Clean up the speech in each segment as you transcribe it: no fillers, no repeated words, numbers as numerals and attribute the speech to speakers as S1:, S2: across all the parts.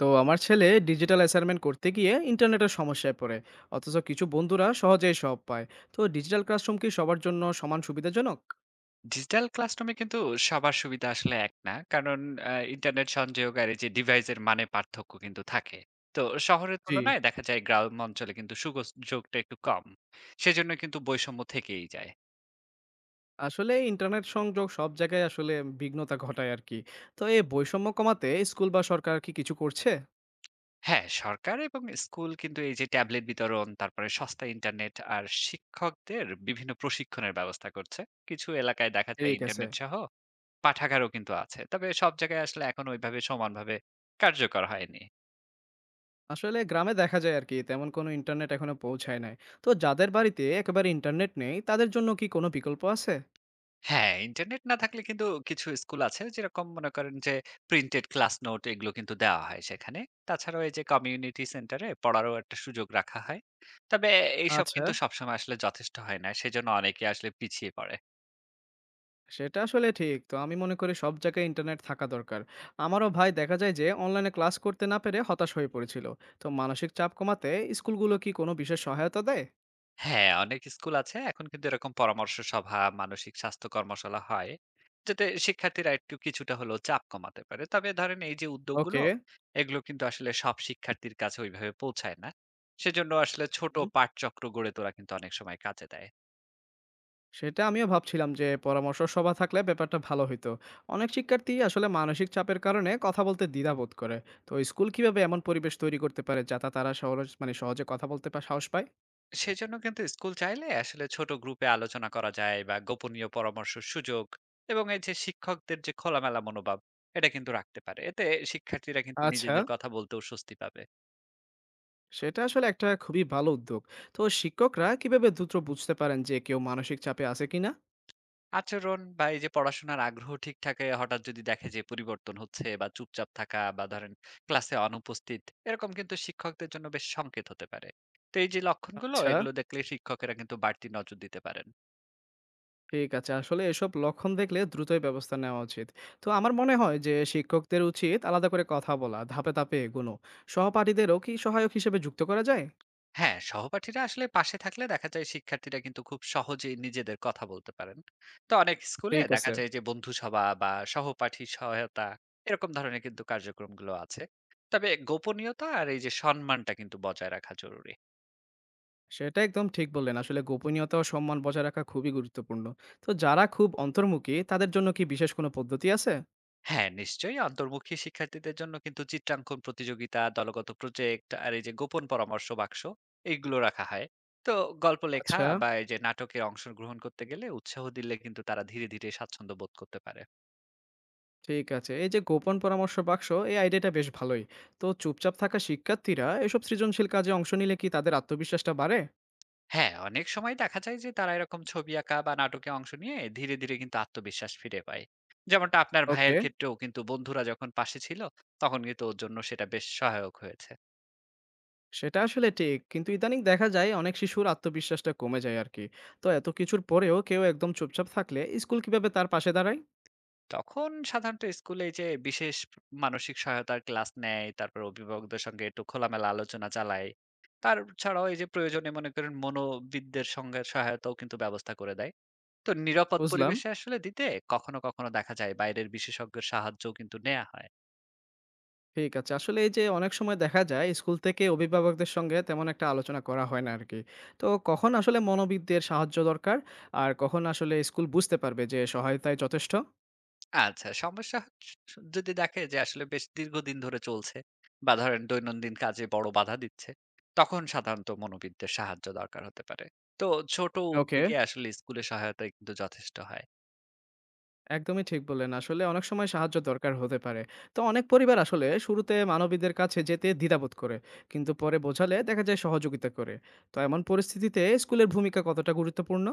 S1: তো আমার ছেলে ডিজিটাল অ্যাসাইনমেন্ট করতে গিয়ে ইন্টারনেটের সমস্যায় পড়ে। অথচ কিছু বন্ধুরা সহজেই সব পায়। তো ডিজিটাল ক্লাসরুম কি সবার জন্য সমান সুবিধাজনক?
S2: ডিজিটাল ক্লাসরুমে কিন্তু সবার সুবিধা আসলে এক না। কারণ ইন্টারনেট সংযোগ আর এই যে ডিভাইসের মানে পার্থক্য কিন্তু থাকে। তো শহরের
S1: জি।
S2: তুলনায় দেখা যায় গ্রাম অঞ্চলে কিন্তু সুযোগটা একটু কম। সেজন্য কিন্তু বৈষম্য থেকেই যায়।
S1: আসলে ইন্টারনেট সংযোগ সব জায়গায় আসলে বিঘ্নতা ঘটায় আর কি। তো এই বৈষম্য কমাতে স্কুল বা সরকার কি কিছু করছে?
S2: হ্যাঁ, সরকার এবং স্কুল কিন্তু এই যে ট্যাবলেট বিতরণ, তারপরে সস্তা ইন্টারনেট আর শিক্ষকদের বিভিন্ন প্রশিক্ষণের ব্যবস্থা করছে। কিছু এলাকায় দেখা যায়
S1: ঠিক আছে।
S2: ইন্টারনেট সহ পাঠাগারও কিন্তু আছে। তবে সব জায়গায় আসলে এখন ওইভাবে সমানভাবে কার্যকর হয়নি।
S1: আসলে গ্রামে দেখা যায় আর কি তেমন কোনো ইন্টারনেট এখনো পৌঁছায় নাই। তো যাদের বাড়িতে একেবারে ইন্টারনেট নেই তাদের জন্য কি কোনো বিকল্প আছে?
S2: হ্যাঁ, ইন্টারনেট না থাকলে কিন্তু কিছু স্কুল আছে যেরকম মনে করেন যে প্রিন্টেড ক্লাস নোট এগুলো কিন্তু দেওয়া হয় সেখানে। তাছাড়াও এই যে কমিউনিটি সেন্টারে পড়ারও একটা সুযোগ রাখা হয়। তবে এইসব
S1: আচ্ছা,
S2: কিন্তু সবসময় আসলে যথেষ্ট হয় না। সেজন্য অনেকে আসলে পিছিয়ে পড়ে।
S1: সেটা আসলে ঠিক। তো আমি মনে করি সব জায়গায় ইন্টারনেট থাকা দরকার। আমারও ভাই দেখা যায় যে অনলাইনে ক্লাস করতে না পেরে হতাশ হয়ে পড়েছিল। তো মানসিক চাপ কমাতে স্কুলগুলো কি কোনো বিশেষ সহায়তা দেয়?
S2: হ্যাঁ, অনেক স্কুল আছে এখন কিন্তু এরকম পরামর্শ সভা, মানসিক স্বাস্থ্য কর্মশালা হয়। যাতে শিক্ষার্থীরা একটু কিছুটা হলেও চাপ কমাতে পারে। তবে ধরেন এই যে উদ্যোগগুলো,
S1: ওকে।
S2: এগুলো কিন্তু আসলে সব শিক্ষার্থীর কাছে ওইভাবে পৌঁছায় না। সেজন্য আসলে ছোট
S1: হুম।
S2: পাঠচক্র গড়ে তোলা কিন্তু অনেক সময় কাজে দেয়।
S1: সেটা আমিও ভাবছিলাম যে পরামর্শ সভা থাকলে ব্যাপারটা ভালো হইতো। অনেক শিক্ষার্থী আসলে মানসিক চাপের কারণে কথা বলতে দ্বিধা বোধ করে। তো স্কুল কিভাবে এমন পরিবেশ তৈরি করতে পারে যাতে তারা সহজ মানে সহজে কথা বলতে পা সাহস পায়?
S2: সেজন্য কিন্তু স্কুল চাইলে আসলে ছোট গ্রুপে আলোচনা করা যায় বা গোপনীয় পরামর্শ সুযোগ এবং এই যে শিক্ষকদের যে খোলামেলা মনোভাব, এটা কিন্তু রাখতে পারে। এতে শিক্ষার্থীরা কিন্তু
S1: আচ্ছা,
S2: নিজেদের কথা বলতেও স্বস্তি পাবে।
S1: সেটা আসলে একটা খুবই ভালো উদ্যোগ। তো শিক্ষকরা কিভাবে দ্রুত বুঝতে পারেন যে কেউ মানসিক চাপে আছে কিনা?
S2: আচরণ বা এই যে পড়াশোনার আগ্রহ ঠিক থাকে হঠাৎ যদি দেখে যে পরিবর্তন হচ্ছে বা চুপচাপ থাকা বা ধরেন ক্লাসে অনুপস্থিত এরকম কিন্তু শিক্ষকদের জন্য বেশ সংকেত হতে পারে। তো এই যে লক্ষণগুলো
S1: আচ্ছা,
S2: এগুলো দেখলে শিক্ষকেরা কিন্তু বাড়তি নজর দিতে পারেন।
S1: ঠিক আছে। আসলে এসব লক্ষণ দেখলে দ্রুতই ব্যবস্থা নেওয়া উচিত। তো আমার মনে হয় যে শিক্ষকদের উচিত আলাদা করে কথা বলা, ধাপে ধাপে এগোনো। সহপাঠীদেরও কি সহায়ক হিসেবে যুক্ত করা যায়?
S2: হ্যাঁ, সহপাঠীরা আসলে পাশে থাকলে দেখা যায় শিক্ষার্থীরা কিন্তু খুব সহজেই নিজেদের কথা বলতে পারেন। তো অনেক স্কুলে
S1: ঠিক
S2: দেখা
S1: আছে।
S2: যায় যে বন্ধু সভা বা সহপাঠী সহায়তা এরকম ধরনের কিন্তু কার্যক্রমগুলো আছে। তবে গোপনীয়তা আর এই যে সম্মানটা কিন্তু বজায় রাখা জরুরি।
S1: সেটা একদম ঠিক বললেন। আসলে গোপনীয়তা ও সম্মান বজায় রাখা খুবই গুরুত্বপূর্ণ। তো যারা খুব অন্তর্মুখী তাদের জন্য কি বিশেষ কোনো পদ্ধতি আছে?
S2: হ্যাঁ, নিশ্চয়ই। অন্তর্মুখী শিক্ষার্থীদের জন্য কিন্তু চিত্রাঙ্কন প্রতিযোগিতা, দলগত প্রজেক্ট আর এই যে গোপন পরামর্শ বাক্স এইগুলো রাখা হয়। তো গল্প লেখা
S1: আচ্ছা,
S2: বা এই যে নাটকে অংশগ্রহণ করতে গেলে উৎসাহ দিলে কিন্তু তারা ধীরে, ধীরে স্বাচ্ছন্দ্য বোধ করতে পারে।
S1: ঠিক আছে। এই যে গোপন পরামর্শ বাক্স, এই আইডিয়াটা বেশ ভালোই। তো চুপচাপ থাকা শিক্ষার্থীরা এসব সৃজনশীল কাজে অংশ নিলে কি তাদের আত্মবিশ্বাসটা বাড়ে?
S2: হ্যাঁ, অনেক সময় দেখা যায় যে তারা এরকম ছবি আঁকা বা নাটকে অংশ নিয়ে ধীরে, ধীরে কিন্তু আত্মবিশ্বাস ফিরে পায়। যেমনটা আপনার
S1: ওকে।
S2: ভাইয়ের ক্ষেত্রেও কিন্তু বন্ধুরা যখন পাশে ছিল, তখন কিন্তু ওর জন্য সেটা বেশ সহায়ক হয়েছে।
S1: সেটা আসলে ঠিক। কিন্তু ইদানিং দেখা যায় অনেক শিশুর আত্মবিশ্বাসটা কমে যায় আরকি। তো এত কিছুর পরেও কেউ একদম চুপচাপ থাকলে স্কুল কিভাবে তার পাশে দাঁড়ায়?
S2: তখন সাধারণত স্কুলে এই যে বিশেষ মানসিক সহায়তার ক্লাস নেয়, তারপর অভিভাবকদের সঙ্গে একটু খোলামেলা আলোচনা চালায়। তার ছাড়াও এই যে প্রয়োজনে মনে করেন মনোবিদদের সঙ্গে সহায়তাও কিন্তু ব্যবস্থা করে দেয়। তো নিরাপদ
S1: বুঝলাম।
S2: পরিবেশে আসলে দিতে কখনো, কখনো দেখা যায় বাইরের বিশেষজ্ঞের সাহায্যও কিন্তু নেয়া হয়।
S1: ঠিক আছে। আসলে এই যে অনেক সময় দেখা যায় স্কুল থেকে অভিভাবকদের সঙ্গে তেমন একটা আলোচনা করা হয় না আরকি। তো কখন আসলে মনোবিদদের সাহায্য দরকার? আর কখন আসলে স্কুল বুঝতে পারবে যে সহায়তাই যথেষ্ট?
S2: আচ্ছা, সমস্যা হচ্ছে যদি দেখে যে আসলে বেশ দীর্ঘদিন ধরে চলছে বা ধরেন দৈনন্দিন কাজে বড় বাধা দিচ্ছে, তখন সাধারণত মনোবিদদের সাহায্য দরকার হতে পারে। তো ছোট
S1: ওকে।
S2: উদ্যোগে আসলে স্কুলের সহায়তা কিন্তু যথেষ্ট হয়।
S1: একদমই ঠিক বললেন। আসলে অনেক সময় সাহায্য দরকার হতে পারে। তো অনেক পরিবার আসলে শুরুতে মানবীদের কাছে যেতে দ্বিধাবোধ করে। কিন্তু পরে বোঝালে দেখা যায় সহযোগিতা করে। তো এমন পরিস্থিতিতে স্কুলের ভূমিকা কতটা গুরুত্বপূর্ণ?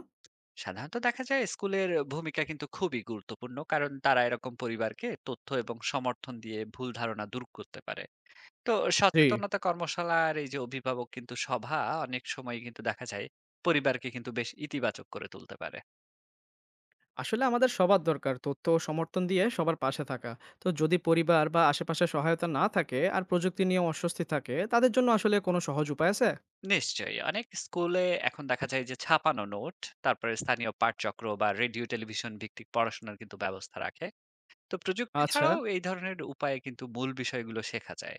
S2: সাধারণত দেখা যায় স্কুলের ভূমিকা কিন্তু খুবই গুরুত্বপূর্ণ। কারণ তারা এরকম পরিবারকে তথ্য এবং সমর্থন দিয়ে ভুল ধারণা দূর করতে পারে। তো
S1: জি।
S2: সচেতনতা কর্মশালা আর এই যে অভিভাবক কিন্তু সভা অনেক সময় কিন্তু দেখা যায় পরিবারকে কিন্তু বেশ ইতিবাচক করে তুলতে পারে।
S1: আসলে আমাদের সবার দরকার তথ্য ও সমর্থন দিয়ে সবার পাশে থাকা। তো যদি পরিবার বা আশেপাশে সহায়তা না থাকে আর প্রযুক্তি নিয়ে অস্বস্তি থাকে, তাদের জন্য আসলে কোনো সহজ উপায় আছে?
S2: নিশ্চয়ই। অনেক স্কুলে এখন দেখা যায় যে ছাপানো নোট, তারপরে স্থানীয় পাঠচক্র বা রেডিও টেলিভিশন ভিত্তিক পড়াশোনার কিন্তু ব্যবস্থা রাখে। তো প্রযুক্তি
S1: আচ্ছা,
S2: ছাড়াও এই ধরনের উপায়ে কিন্তু মূল বিষয়গুলো শেখা যায়।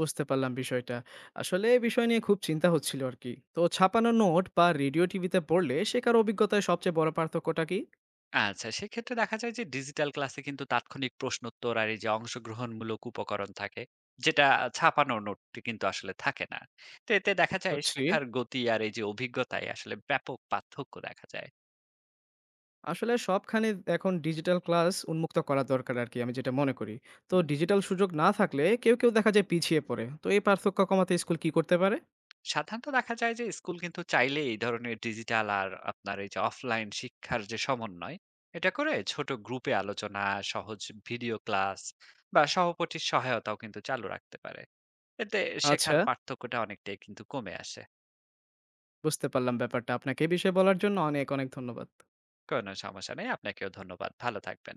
S1: বুঝতে পারলাম বিষয়টা। আসলে এই বিষয় নিয়ে খুব চিন্তা হচ্ছিল আরকি। তো ছাপানো নোট বা রেডিও টিভিতে পড়লে শেখার অভিজ্ঞতায় সবচেয়ে বড় পার্থক্যটা কি?
S2: আচ্ছা, সেক্ষেত্রে দেখা যায় যে ডিজিটাল ক্লাসে কিন্তু তাৎক্ষণিক প্রশ্নোত্তর আর এই যে অংশগ্রহণমূলক উপকরণ থাকে, যেটা ছাপানো নোটটি কিন্তু আসলে থাকে না। তো এতে দেখা যায়
S1: বুঝছি।
S2: শেখার গতি আর এই যে অভিজ্ঞতায় আসলে ব্যাপক পার্থক্য দেখা যায়।
S1: আসলে সবখানে এখন ডিজিটাল ক্লাস উন্মুক্ত করা দরকার আরকি আমি যেটা মনে করি। তো ডিজিটাল সুযোগ না থাকলে কেউ কেউ দেখা যায় পিছিয়ে পড়ে। তো এই পার্থক্য কমাতে স্কুল কি করতে পারে?
S2: সাধারণত দেখা যায় যে স্কুল কিন্তু চাইলে এই ধরনের ডিজিটাল আর আপনার এই যে অফলাইন শিক্ষার যে সমন্বয় এটা করে ছোট গ্রুপে আলোচনা, সহজ ভিডিও ক্লাস বা সহপাঠীর সহায়তাও কিন্তু চালু রাখতে পারে। এতে
S1: আচ্ছা,
S2: শেখার পার্থক্যটা অনেকটাই কিন্তু কমে আসে।
S1: বুঝতে পারলাম ব্যাপারটা। আপনাকে এ বিষয়ে বলার জন্য অনেক, অনেক ধন্যবাদ।
S2: কোনো সমস্যা নেই, আপনাকেও ধন্যবাদ। ভালো থাকবেন।